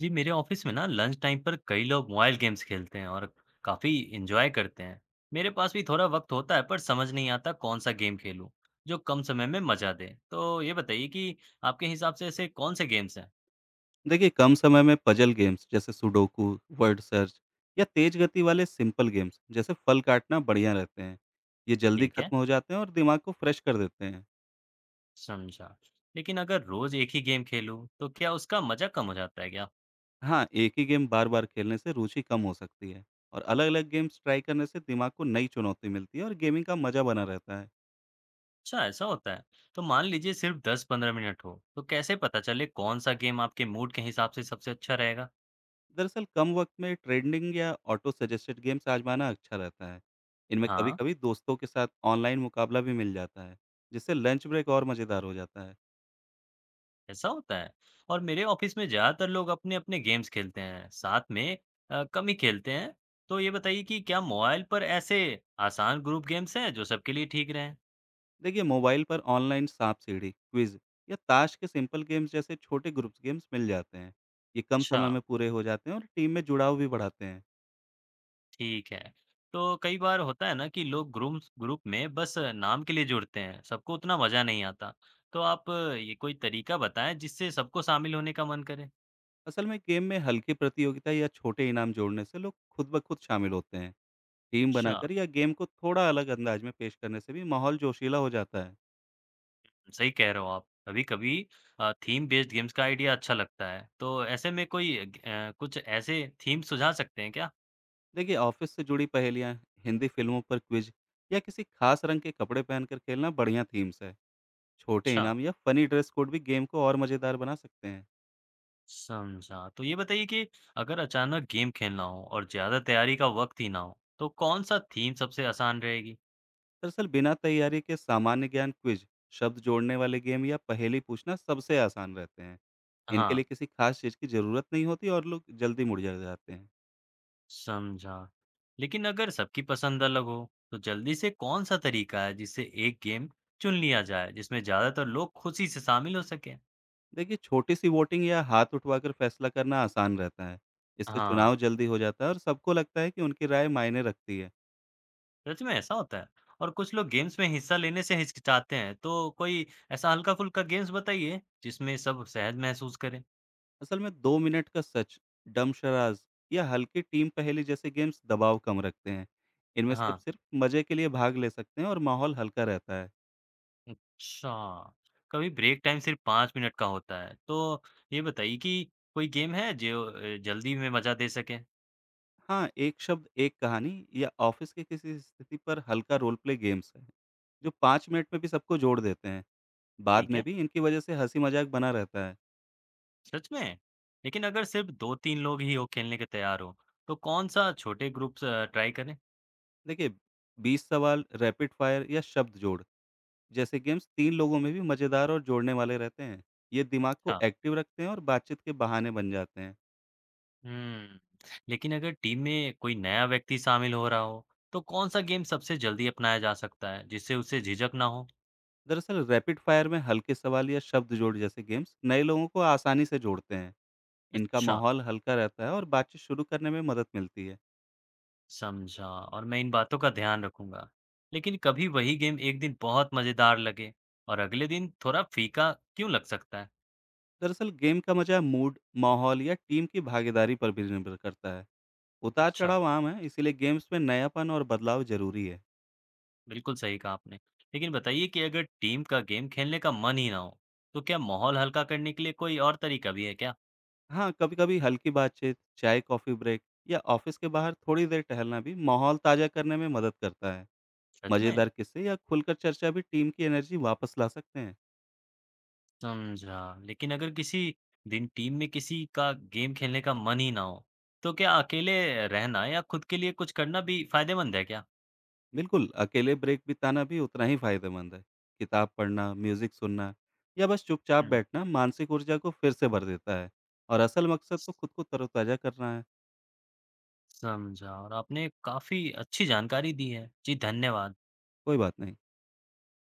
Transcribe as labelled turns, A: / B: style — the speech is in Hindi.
A: जी, मेरे ऑफिस में ना लंच टाइम पर कई लोग मोबाइल गेम्स खेलते हैं और काफी एंजॉय करते हैं। मेरे पास भी थोड़ा वक्त होता है पर समझ नहीं आता कौन सा गेम खेलूं जो कम समय में मजा दे। तो ये बताइए कि आपके हिसाब से ऐसे कौन से गेम्स हैं?
B: देखिए कम समय में पजल गेम्स जैसे सुडोकू वर्ड सर्च या तेज गति वाले सिंपल गेम्स जैसे फल काटना बढ़िया रहते हैं। ये जल्दी
A: ठीक है,
B: खत्म हो जाते हैं और दिमाग को फ्रेश कर देते हैं।
A: समझा। लेकिन अगर रोज एक ही गेम खेलूं तो क्या उसका मजा कम हो जाता है क्या?
B: हाँ, एक ही गेम बार बार खेलने से रुचि कम हो सकती है और अलग अलग गेम्स ट्राई करने से दिमाग को नई चुनौती मिलती है और गेमिंग का मजा बना रहता है।
A: अच्छा, ऐसा होता है। तो मान लीजिए सिर्फ 10-15 मिनट हो तो कैसे पता चले कौन सा गेम आपके मूड के हिसाब से सबसे अच्छा रहेगा?
B: दरअसल कम वक्त में ट्रेंडिंग या ऑटो सजेस्टेड गेम्स आजमाना अच्छा रहता है। इनमें कभी
A: हाँ।
B: कभी दोस्तों के साथ ऑनलाइन मुकाबला भी मिल जाता है जिससे लंच ब्रेक और मज़ेदार हो जाता है।
A: ऐसा होता है? और मेरे ऑफिस में ज़्यादातर लोग अपने-अपने गेम्स खेलते हैं, साथ में कम ही खेलते हैं। तो ये बताइए कि क्या मोबाइल पर ऐसे आसान ग्रुप गेम्स हैं जो सबके लिए ठीक रहें?
B: देखिए मोबाइल पर ऑनलाइन सांप सीढ़ी क्विज या ताश के सिंपल गेम्स जैसे छोटे ग्रुप्स गेम्स मिल जाते हैं। ये कम
A: अच्छा,
B: समय में पूरे हो जाते हैं और टीम में जुड़ाव भी बढ़ाते हैं।
A: ठीक है। तो कई बार होता है ना कि लोग ग्रुम्स ग्रुप में बस नाम के लिए जुड़ते हैं, सबको उतना मज़ा नहीं आता। तो आप ये कोई तरीका बताएँ जिससे सबको शामिल होने का मन करे?
B: असल में गेम में हल्की प्रतियोगिता या छोटे इनाम जोड़ने से लोग खुद ब खुद शामिल होते हैं। टीम
A: अच्छा।
B: बनाकर या गेम को थोड़ा अलग अंदाज में पेश करने से भी माहौल जोशीला हो जाता है।
A: सही कह रहे हो आप। कभी-कभी थीम बेस्ड गेम्स का आइडिया अच्छा लगता है। तो ऐसे में कुछ ऐसे थीम सुझा सकते हैं क्या?
B: देखिए ऑफिस से जुड़ी पहेलियाँ, हिंदी फिल्मों पर क्विज या किसी खास रंग के कपड़े पहनकर खेलना बढ़िया थीम्स है। छोटे
A: अच्छा,
B: इनाम या फनी ड्रेस कोड भी गेम को और मज़ेदार बना सकते हैं।
A: समझा। तो ये बताइए कि अगर अचानक गेम खेलना हो और ज़्यादा तैयारी का वक़्त ही ना हो, तो कौन-सा थीम सबसे आसान रहेगी?
B: दरअसल बिना तैयारी के सामान्य ज्ञान क्विज, शब्द जोड़ने वाले गेम या पहेली पूछना सबसे आसान रहते हैं। इनके
A: हाँ,
B: लिए किसी खास चीज़ की ज़रूरत नहीं होती और लोग जल्दी जाते हैं।
A: समझा। लेकिन अगर सबकी पसंद अलग हो, तो जल्दी से कौन-सा तरीका है जिससे एक गेम चुन लिया जाए, जिसमें ज़्यादातर लोग खुशी से शामिल हो सकें?
B: देखिए छोटी सी वोटिंग या हाथ उठवाकर फैसला करना आसान रहता है। इससे
A: हाँ।
B: चुनाव जल्दी हो जाता है और सबको लगता है कि उनकी राय मायने रखती है।
A: सच में ऐसा होता है? और कुछ लोग गेम्स में हिस्सा लेने से हिचकिचाते हैं, तो कोई ऐसा हल्का-फुल्का गेम्स बताइए, जिसमें सब सहज महसूस करें?
B: असल में दो मिनट का सच, डम शराज या हल्की टीम पहेली जैसे गेम्स दबाव कम रखते हैं। इनमें से आप
A: हाँ,
B: सिर्फ मजे के लिए भाग ले सकते हैं और माहौल हल्का रहता है।
A: अच्छा। कभी ब्रेक टाइम सिर्फ 5 मिनट का होता है, तो ये बताइए कि कोई गेम है जो जल्दी में मज़ा दे सके?
B: हाँ, एक शब्द एक कहानी या ऑफिस की किसी स्थिति पर हल्का रोल प्ले गेम्स हैं, जो 5 मिनट में भी सबको जोड़ देते हैं। बाद
A: ठीक
B: में
A: है,
B: भी इनकी वजह से हँसी-मज़ाक बना रहता है।
A: सच में? लेकिन अगर सिर्फ 2-3 लोग ही हो खेलने के तैयार हों, तो कौन-सा छोटे ग्रुप स ट्राई करें?
B: देखिए 20 सवाल, रैपिड फायर या शब्द जोड़ जैसे गेम्स 3 लोगों में भी मज़ेदार और जोड़ने वाले रहते हैं। ये दिमाग को
A: अच्छा।
B: एक्टिव रखते हैं और बातचीत के बहाने बन जाते हैं।
A: हुँ। लेकिन अगर टीम में कोई नया व्यक्ति शामिल हो रहा हो, तो कौन-सा गेम सबसे जल्दी अपनाया जा सकता है, जिससे उसे झिझक ना हो?
B: दरअसल रैपिड फायर में हल्के सवाल या शब्द जोड़ जैसे गेम्स नए लोगों को आसानी से जोड़ते हैं। इनका
A: अच्छा,
B: माहौल हल्का रहता है और बातचीत शुरू करने में मदद मिलती है।
A: समझा और मैं इन बातों का ध्यान रखूँगा। लेकिन कभी वही गेम एक दिन बहुत मज़ेदार लगे और अगले दिन थोड़ा फीका क्यों लग सकता है?
B: दरअसल गेम का मजा मूड, माहौल या टीम की भागीदारी पर भी निर्भर करता है। उतार
A: अच्छा,
B: चढ़ाव आम है, इसीलिए गेम्स में नयापन और बदलाव जरूरी है।
A: बिल्कुल सही कहा आपने। लेकिन बताइए कि अगर टीम का गेम खेलने का मन ही ना हो, तो क्या माहौल हल्का करने के लिए कोई और तरीका भी है क्या?
B: हाँ, कभी-कभी हल्की बातचीत, चाय कॉफी ब्रेक या ऑफिस के बाहर थोड़ी देर टहलना भी माहौल ताजा करने में मदद करता है।
A: सच में?
B: मजेदार किस्से या खुलकर चर्चा भी टीम की एनर्जी वापस ला सकते हैं।
A: समझा। लेकिन अगर किसी दिन टीम में किसी का गेम खेलने का मन ही ना हो, तो क्या अकेले रहना या खुद के लिए कुछ करना भी फायदेमंद है क्या?
B: बिल्कुल, अकेले ब्रेक बिताना भी उतना ही फायदेमंद है। किताब पढ़ना, म्यूजिक सुनना या बस चुपचाप
A: हुँ।
B: बैठना मानसिक ऊर्जा को फिर से भर देता है और असल मकसद तो खुद को तरोताजा करना है।
A: समझा और आपने काफ़ी अच्छी जानकारी दी है। जी, धन्यवाद।
B: कोई बात नहीं।